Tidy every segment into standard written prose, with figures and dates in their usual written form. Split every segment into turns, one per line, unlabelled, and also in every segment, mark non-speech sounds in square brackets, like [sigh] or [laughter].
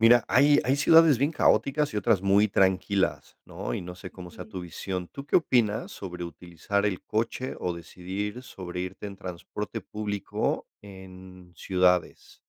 Mira, hay ciudades bien caóticas y otras muy tranquilas, ¿no? Y no sé cómo sea
Mm,
tu visión. ¿Tú qué opinas sobre utilizar el coche o decidir sobre irte en transporte público en ciudades?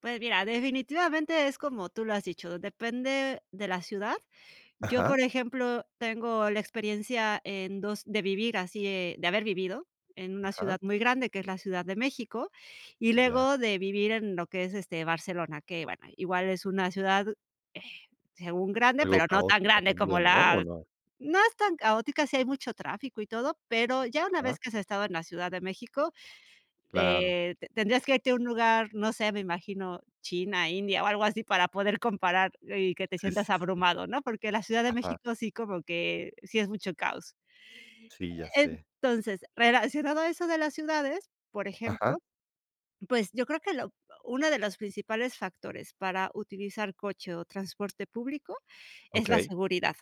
pues mira, definitivamente es como tú lo has dicho, depende de la ciudad. Yo,
Ajá,
por ejemplo, tengo la experiencia en dos de vivir así, de haber vivido en una
ajá,
ciudad muy grande, que es la Ciudad de México, y
ya,
luego de vivir en lo que es, Barcelona, que bueno, igual es una ciudad, eh, según grande,
algo
pero no tan
caótica
grande como
también, ¿no? ¿O
la
no?
no es tan caótica, sí hay mucho tráfico y todo, pero ya una vez
Ajá,
que has estado en la Ciudad de México,
claro.
Te tendrías que irte a un lugar, no sé, me imagino China, India o algo así para poder comparar y que te
Sí, sí,
sientas
sí, sí.
abrumado, ¿no? Porque la Ciudad de
Ajá,
México sí como que sí es mucho caos.
sí, ya sé.
Entonces, relacionado a eso de las ciudades, por ejemplo,
Ajá,
pues yo creo que lo uno de los principales factores para utilizar coche o transporte público es la
okey,
seguridad.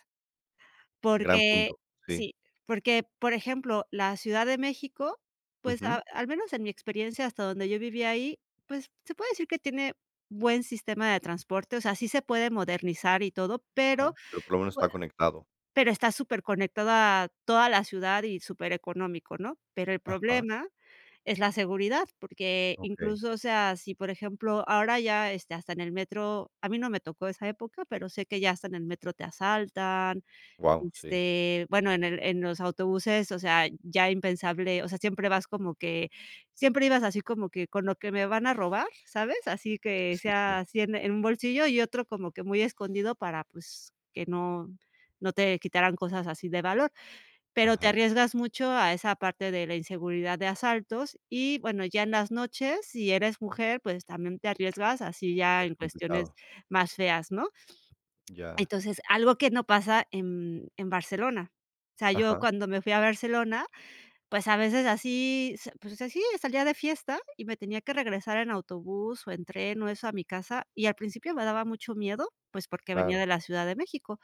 gran
Porque
punto, sí.
sí, porque, por ejemplo, la Ciudad de México, pues,
Ujú,
a al menos en mi experiencia hasta donde yo vivía ahí, pues, se puede decir que tiene buen sistema de transporte, o sea, sí se puede modernizar y todo, pero
ajá, pero por lo menos
pue
está conectado.
pero está súper superconectada toda la ciudad y súper económico, ¿no? Pero el
Ajá,
problema es la seguridad, porque
okey.
incluso, o sea, si, por ejemplo, ahora ya, hasta en el metro, a mí no me tocó esa época, pero sé que ya hasta en el metro te asaltan,
Wow, sí,
bueno, en el en los autobuses, o sea, ya impensable, o sea, siempre vas como que siempre ibas así como que con lo que me van a robar, ¿sabes? Así
sí,
que
sí,
sea
sí.
así en un bolsillo y otro como que muy escondido para, pues, que no te quitaran cosas así de valor, pero te
Ajá,
arriesgas mucho a esa parte de la inseguridad de asaltos y, bueno, ya en las noches, si eres mujer, pues, también te arriesgas así ya
es
en cuestiones
complicado.
más feas, ¿no?
Ya.
Entonces, algo que no pasa en Barcelona. O sea, yo
Ajá,
cuando me fui a Barcelona, pues, a veces así, s pues, así salía de fiesta y me tenía que regresar en autobús o en tren o eso a mi casa, y al principio me daba mucho miedo, pues, porque venía
claro.
de la Ciudad de México,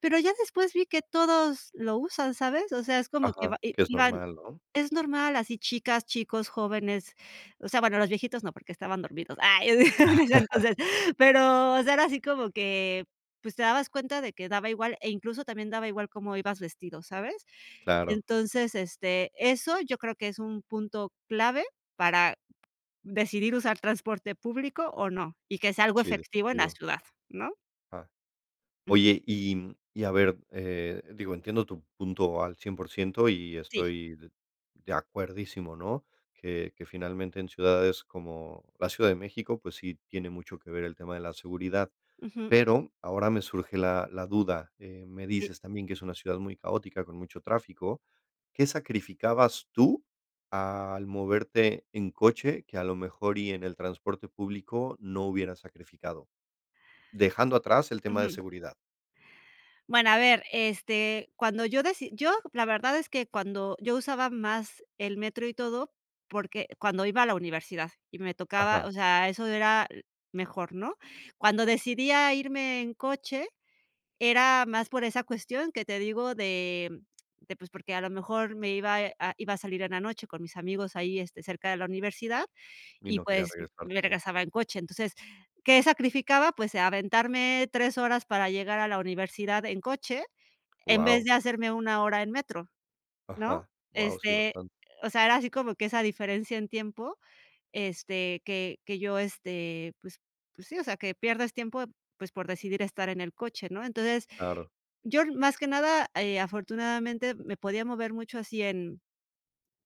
pero ya después vi que todos lo usan, ¿sabes? O sea, es como que
Ajá,
va i
que es
iban.
normal, ¿no?
Es normal, así chicas, chicos, jóvenes, o sea, bueno, los viejitos no, porque estaban dormidos. Ay, [laughs] en ese entonces, pero, o sea, era así como que, pues, te dabas cuenta de que daba igual, e incluso también daba igual cómo ibas vestido, ¿sabes?
Claro,
Entonces, eso yo creo que es un punto clave para decidir usar transporte público o no, y que sea algo
sí,
efectivo en la
definitivo.
ciudad, ¿no?
Ajá.
Ujú.
Oye, y a ver, digo, entiendo tu punto al 100% y
Sí,
estoy de acuerdísimo, ¿no? Que finalmente en ciudades como la Ciudad de México, pues sí tiene mucho que ver el tema de la seguridad.
ujú,
Pero ahora me surge la duda, me
sí,
dices también que es una ciudad muy caótica, con mucho tráfico. ¿Qué sacrificabas tú al moverte en coche que a lo mejor y en el transporte público no hubieras sacrificado? Dejando atrás el tema de
ujú.
seguridad.
Bueno, a ver, cuando yo deci yo la verdad es que cuando yo usaba más el metro y todo, porque cuando iba a la universidad y me tocaba, o
Ajá,
sea, eso era mejor, ¿no? Cuando decidía irme en coche, era más por esa cuestión que te digo de, pues, porque a lo mejor me iba a iba a salir en la noche con mis amigos ahí, cerca de la universidad
y
y,
no quería
pues, me
regresarte.
regresaba en coche. Entonces, ¿qué sacrificaba? Pues, aventarme 3 horas para llegar a la universidad en coche en vez
Wow.
de hacerme 1 hora en metro, ¿no?
Ajá, wow, sí,
Este,
bastante,
o sea, era así como que esa diferencia en tiempo, que yo, pues sí, o sea, que pierdes tiempo, pues, por decidir estar en el coche, ¿no? Entonces,
claro.
yo más que nada, afortunadamente me podía mover mucho así en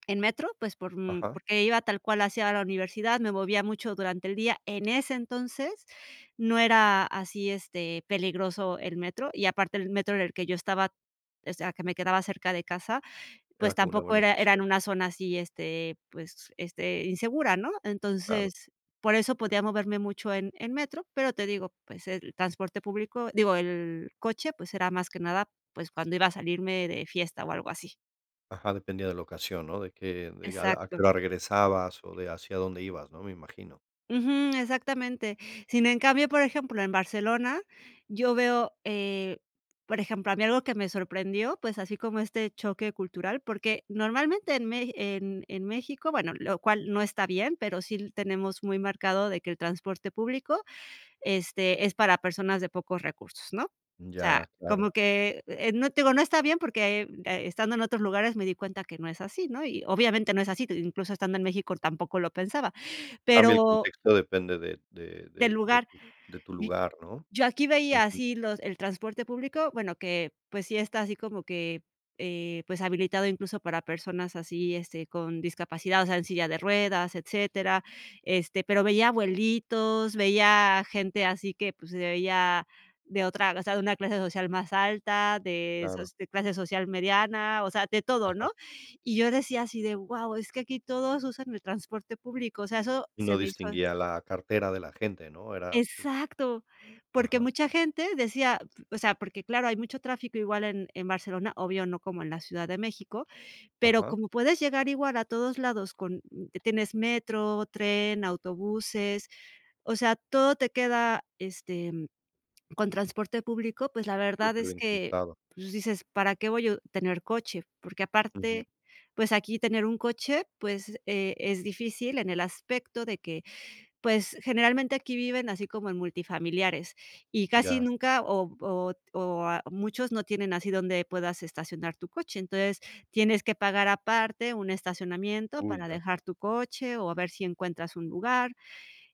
en metro, pues,
Ajá,
porque iba tal cual hacia la universidad, me movía mucho durante el día. En ese entonces, no era así, peligroso el metro, y aparte el metro en el que yo estaba, o sea, que me quedaba cerca de casa, pues,
era como una
tampoco
buena
era en
estación,
una zona así, pues, insegura, ¿no?
claro.
Entonces, por eso podía moverme mucho en metro, pero te digo, pues, el transporte público, digo, el coche, pues, era más que nada, pues, cuando iba a salirme de fiesta o algo así.
Ajá, dependía de la ocasión, ¿no? De que de a
Exacto.
qué hora regresabas o de hacia dónde ibas, ¿no? Me imagino.
Ujú, exactamente. Sin En cambio, por ejemplo, en Barcelona, yo veo, por ejemplo, a mí algo que me sorprendió, pues, así como este choque cultural, porque normalmente en Mex en México, bueno, lo cual no está bien, pero sí tenemos muy marcado de que el transporte público, es para personas de pocos recursos, ¿no? O sea,
Ya,
como
claro.
que, no te digo, no está bien porque, estando en otros lugares me di cuenta que no es así, ¿no? Y obviamente no es así, incluso estando en México tampoco lo pensaba,
Cambia el
pero
contexto, depende de de
del
de de
lugar.
tu de tu
Y
lugar, ¿no?
yo aquí veía
Ujú,
así los el transporte público, bueno, que, pues, sí está así como que, pues, habilitado incluso para personas así, con discapacidad, o sea, en silla de ruedas, etcétera, pero veía abuelitos, veía gente así que, pues, se veía de otra, o sea, de una clase social más alta, de soc
claro,
de clase social mediana, o sea, de todo, ¿no?
ajá.
Y yo decía así de: "Wow, es que aquí todos usan el transporte público", o sea, eso
Y no
se me hizo.
distinguía la cartera de la gente, ¿no? Era, pues
Exacto, porque
ajá,
mucha gente decía, o sea, porque claro, hay mucho tráfico igual en Barcelona, obvio no como en la Ciudad de México, pero
ajá,
como puedes llegar igual a todos lados con tienes metro, tren, autobuses, o sea, todo te queda, con transporte público, pues la verdad es
superbién
que,
conectado.
pues dices, ¿para qué voy a tener coche? Porque
Ujú,
aparte, pues aquí tener un coche, pues, es difícil en el aspecto de que pues, generalmente aquí viven así como en multifamiliares, y casi
ya.
nunca o a muchos no tienen así donde puedas estacionar tu coche. Entonces, tienes que pagar aparte un estacionamiento
Uy,
para
ya,
dejar tu coche, o a ver si encuentras un lugar.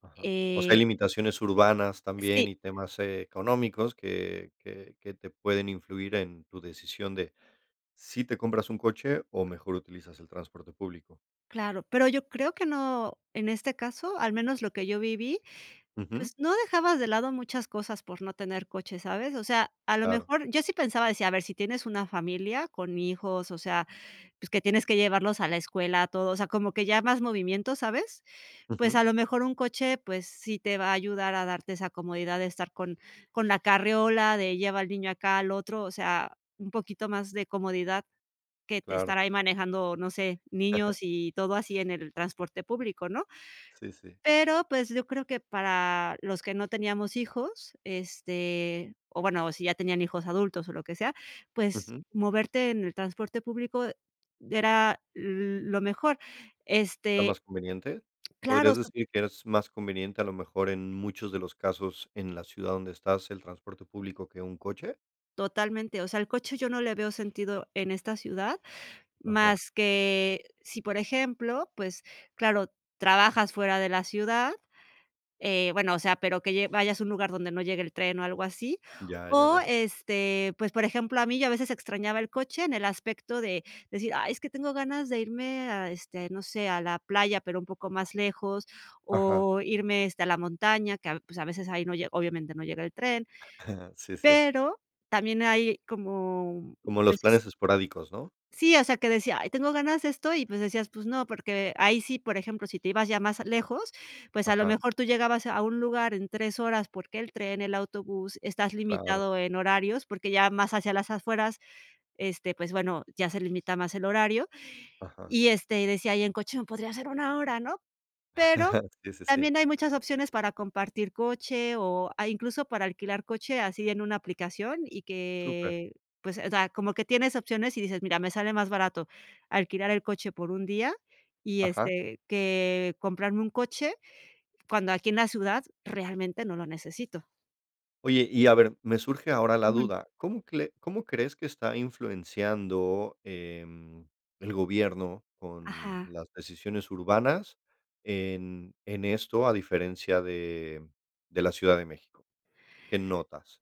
ajá. O sea, hay
Eh
limitaciones urbanas también
sí,
y temas económicos que te pueden influir en tu decisión de si te compras un coche o mejor utilizas el transporte público.
claro, pero yo creo que no en este caso, al menos lo que yo viví,
Ujú,
pues, no dejabas de lado muchas cosas por no tener coche, ¿sabes? O sea, a lo
claro.
mejor yo sí pensaba, decía, a ver, si tienes una familia con hijos, o sea, pues, que tienes que llevarlos a la escuela, todo, o sea, como que ya más movimiento, ¿sabes? Pues,
Ujú,
a lo mejor un coche, pues, sí te va a ayudar a darte esa comodidad de estar con la carriola, de lleva al niño acá, al otro, o sea, un poquito más de comodidad que
claro.
estar ahí manejando, no sé, niños y todo así en el transporte público, ¿no?
Sí, sí.
Pero, pues, yo creo que para los que no teníamos hijos, o bueno, o si ya tenían hijos adultos o lo que sea, pues,
Ujú.
moverte en el transporte público era lo mejor.
¿Era
Este,
más conveniente?
claro,
¿Podrías decir que es más conveniente, a lo mejor, en muchos de los casos, en la ciudad donde estás, el transporte público que un coche?
totalmente, o sea, el coche yo no le veo sentido en esta ciudad,
Ajá.
más que si, por ejemplo, pues, claro, trabajas fuera de la ciudad. Bueno, o sea, pero que lle vayas a un lugar donde no llegue el tren o algo así.
Ya, ya,
O,
ya.
pues, por ejemplo, a mí yo a veces extrañaba el coche en el aspecto de decir: "Ay, es que tengo ganas de irme a, no sé, a la playa, pero un poco más lejos,
Ajá.
o irme, a la montaña", que a pues, a veces ahí no llega, obviamente no llega el tren,
[laughs] Sí, sí.
pero también hay como,
Como los
pues.
planes esporádicos, ¿no?
Sí, o sea, que decía: "Ay, tengo ganas de esto", y pues decías: "Pues no", porque ahí sí, por ejemplo, si te ibas ya más lejos, pues a lo
Ajá.
mejor tú llegabas a un lugar en 3 horas, porque el tren, el autobús, estás
Claro.
limitado en horarios, porque ya más hacia las afueras, pues bueno, ya se limita más el horario,
Ajá.
y, decía: "Y en coche me podría ser 1 hora", ¿no? Pero
[laughs] Sí, sí, sí.
también hay muchas opciones para compartir coche o, incluso para alquilar coche así en una aplicación y
Súper.
que, pues, o sea, como que tienes opciones y dices: "Mira, me sale más barato alquilar el coche por un día y,
Ajá.
que comprarme un coche cuando aquí en la ciudad realmente no lo necesito".
Oye, y a ver, me surge ahora la
Ujú.
duda, ¿cómo cle cómo crees que está influenciando, em, el gobierno con
Ajá.
las decisiones urbanas en esto, a diferencia de la Ciudad de México? ¿Qué notas?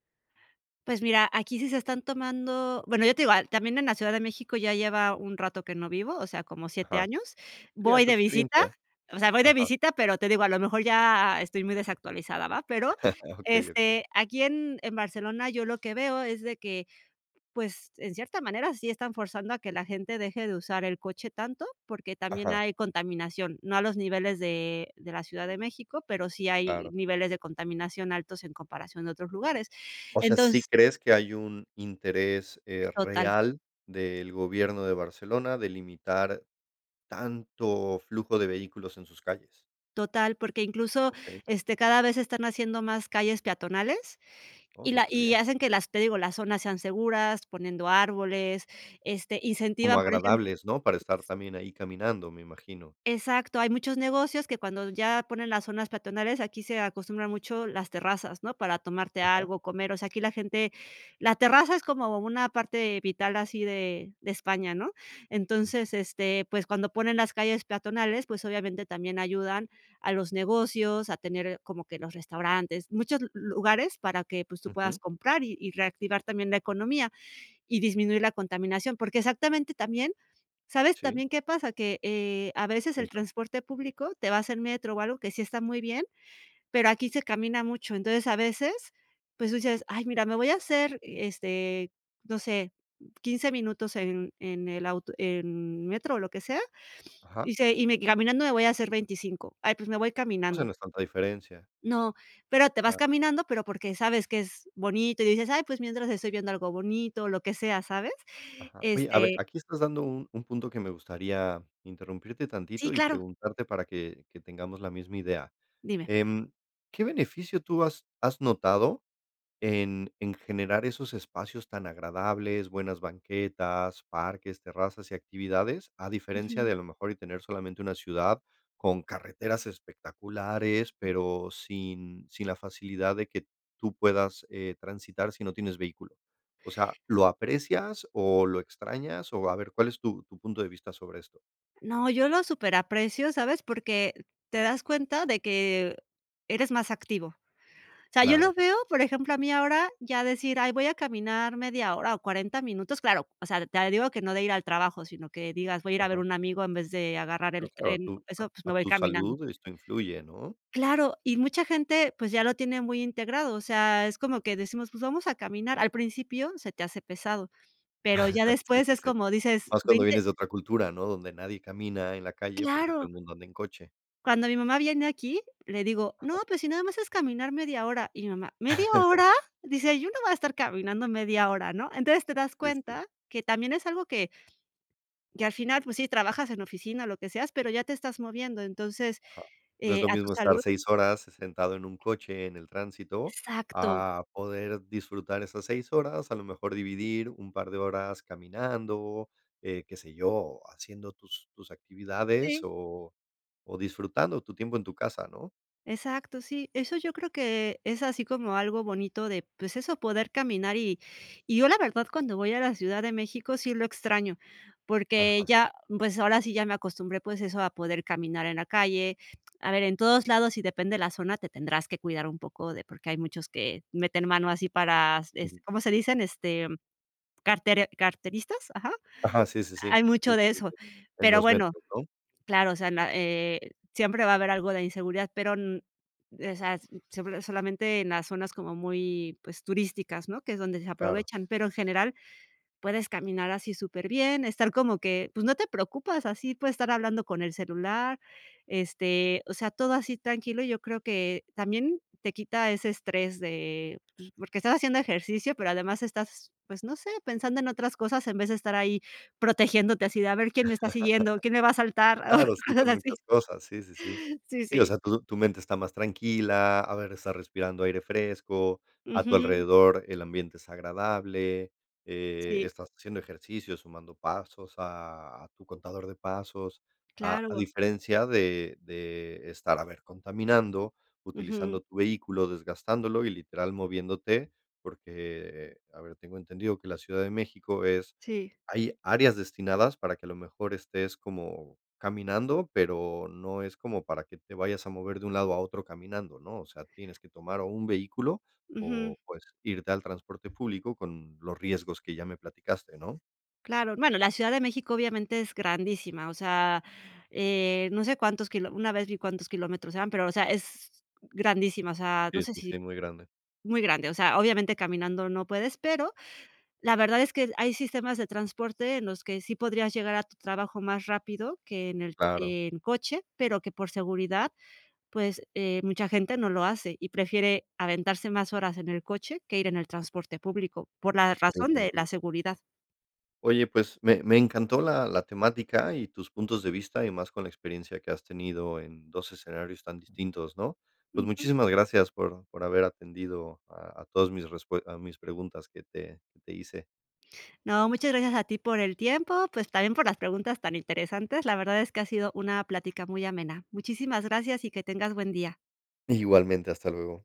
Pues mira, aquí sí se están tomando, bueno, yo te digo, también en la Ciudad de México ya lleva un rato que no vivo, o sea, como siete
Ajá.
años.
Sí, a
Voy
tu
de visita,
experiencia.
o sea, voy de
Ajá.
visita, pero te digo, a lo mejor ya estoy muy desactualizada, ¿va? Pero,
Ah, okey, okey.
aquí en Barcelona yo lo que veo es de que, pues, en cierta manera sí están forzando a que la gente deje de usar el coche tanto, porque también
Ajá,
hay contaminación, no a los niveles de la Ciudad de México, pero sí hay
claro.
niveles de contaminación altos en comparación de otros lugares.
O sea, ¿sí
Entonces
crees que hay un interés,
Total,
real del gobierno de Barcelona de limitar tanto flujo de vehículos en sus calles?
total, porque incluso,
Okey.
cada vez están haciendo más calles peatonales
Oh,
y la
súper
y
bien.
hacen que las te digo, las zonas sean seguras, poniendo árboles,
Como
incentivan, por ejemplo.
agradables, ¿no? Para estar también ahí caminando, me imagino.
Exacto, hay muchos negocios que cuando ya ponen las zonas peatonales, aquí se acostumbran mucho las terrazas, ¿no? Para tomarte
Ajá.
algo, comer, o sea, aquí la gente la terraza es como una parte vital así de España, ¿no?
Mm,
Entonces, pues, cuando ponen las calles peatonales, pues, obviamente también ayudan a los negocios, a tener como que los restaurantes, muchos lu lugares para que, pues, tú puedas
ujú,
comprar y reactivar también la economía y disminuir la contaminación, porque exactamente también ¿Sabes
sí,
también qué pasa? Que, a veces el
cuéntame.
transporte público, te va a en metro o algo que sí está muy bien, pero aquí se camina mucho. Entonces, a veces, pues, tú dices: "Ay, mira, me voy a hacer, no sé, 15 minutos en el auto en metro o lo que sea",
Ajá.
y se y me caminando me voy a hacer 25. Ay, pues, me voy
O sea,
caminando.
no es tanta diferencia,
No, pero te vas
claro.
caminando, pero porque sabes que es bonito y dices: "Ay, pues, mientras estoy viendo algo bonito", o lo que sea, ¿sabes?
Ajá. Oye, a ver,
Este
aquí estás dando un punto que me gustaría interrumpirte
sí,
tantito y
claro,
preguntarte para que tengamos la misma idea.
dime.
Em, ¿qué beneficio tú has notado en generar esos espacios tan agradables, buenas banquetas, parques, terrazas y actividades, a diferencia de a lo mejor y tener solamente una ciudad con carreteras espectaculares, pero sin la facilidad de que tú puedas, transitar si no tienes vehículo. O sea, ¿lo aprecias o lo extrañas? O a ver, ¿cuál es tu punto de vista sobre esto?
No, yo lo superaprecio, ¿sabes? Porque te das cuenta de que eres más activo. O sea, yo lo
Claro,
veo, por ejemplo, a mí ahora ya decir: "Ay, voy a caminar media hora o 40 minutos", claro, o sea, te digo que no de ir al trabajo, sino que digas: "Voy a ir a ver
ajá.
un amigo en vez de agarrar
Pero
el
claro, a
tren",
tu a
eso, pues, me
a
voy
tu
caminando.
salud esto influye, ¿no?
Claro, y mucha gente, pues, ya lo tiene muy integrado, o sea, es como que decimos: "Pues, vamos a caminar". Al principio se te hace pesado, pero ya
[laughs] Sí,
después
sí,
es
sí.
como dices:
Más cuando
20.
vienes de otra cultura, ¿no? Donde nadie camina en la calle porque todo
Claro.
el mundo anda en coche.
Cuando mi mamá viene aquí, le digo: "No,
Ajá.
pues si nada más es caminar media hora", y mi mamá: "¿Media hora?",
[laughs]
dice: "Yo no voy a estar caminando media hora", ¿no? Entonces te das
Sí, sí.
cuenta que también es algo que al final, pues sí, trabajas en oficina, lo que seas, pero ya te estás moviendo, entonces,
Ajá. No es lo
a tu
mismo estar
salud
6 horas sentado en un coche en el tránsito,
exacto,
a poder disfrutar esas 6 horas, a lo mejor dividir un par de horas caminando, qué sé yo, haciendo tus actividades
sí.
o disfrutando tu tiempo en tu casa, ¿no?
Exacto, sí. Eso yo creo que es así como algo bonito de, pues eso, poder caminar y yo la verdad cuando voy a la Ciudad de México sí lo extraño, porque
Ajá.
ya, pues ahora sí ya me acostumbré, pues eso, a poder caminar en la calle. A ver, en todos lados y depende de la zona, te tendrás que cuidar un poco de porque hay muchos que meten mano así para, es
Ujú.
¿cómo se dicen? Cartere carteristas, ajá.
Ajá, sí, sí, sí.
Hay
Sí,
mucho de
sí, sí,
eso.
que en
Pero
los
bueno,
metros, ¿no?
claro, o sea, na siempre va a haber algo de inseguridad, pero, n o sea, siempre solamente en las zonas como muy, pues, turísticas, ¿no? Que es donde se
Claro.
aprovechan, pero en general puedes caminar así súper bien, estar como que, pues, no te preocupas, así puedes estar hablando con el celular, o sea, todo así tranquilo. Yo creo que también te quita ese estrés de, pues, porque estás haciendo ejercicio, pero además estás, pues, no sé, pensando en otras cosas en vez de estar ahí protegiéndote así de a ver quién me está siguiendo, quién me va a saltar, [laughs] o
Claro, sí,
cosas
son
así.
muchas cosas, sí, sí, sí.
Sí,
Sí, o
sí.
sea, tu mente está más tranquila, a ver, estás respirando aire fresco, a tu
Ujú.
alrededor el ambiente es agradable,
Sí,
estás haciendo ejercicio, sumando pasos a tu contador de pasos, a
claro.
diferencia de estar, a ver, contaminando,
Ujú.
utilizando tu vehículo, desgastándolo y literal moviéndote, porque, a ver, tengo entendido que la Ciudad de México es
Sí.
hay áreas destinadas para que a lo mejor estés como caminando, pero no es como para que te vayas a mover de un lado a otro caminando, ¿no? O sea, tienes que tomar o un vehículo
Ujú.
o, pues, irte al transporte público con los riesgos que ya me platicaste, ¿no?
Claro, bueno, la Ciudad de México obviamente es grandísima, o sea, no sé cuántos kilo una vez vi cuántos kilómetros eran, pero, o sea, es grandísima, o sea, no
Sí,
sé
sí,
si
sí, muy grande.
muy grande, o sea, obviamente caminando no puedes, pero la verdad es que hay sistemas de transporte en los que sí podrías llegar a tu trabajo más rápido que en el
Claro,
en coche, pero que por seguridad, pues, mucha gente no lo hace y prefiere aventarse más horas en el coche que ir en el transporte público, por la razón de la
definitivo.
seguridad.
Oye, pues me encantó la temática y tus puntos de vista y más con la experiencia que has tenido en dos escenarios tan distintos, ¿no? Pues muchísimas gracias por haber atendido a todas mis, a mis preguntas que te hice.
No, muchas gracias a ti por el tiempo, pues también por las preguntas tan interesantes. La verdad es que ha sido una plática muy amena. Muchísimas gracias y que tengas buen día.
Igualmente, hasta luego.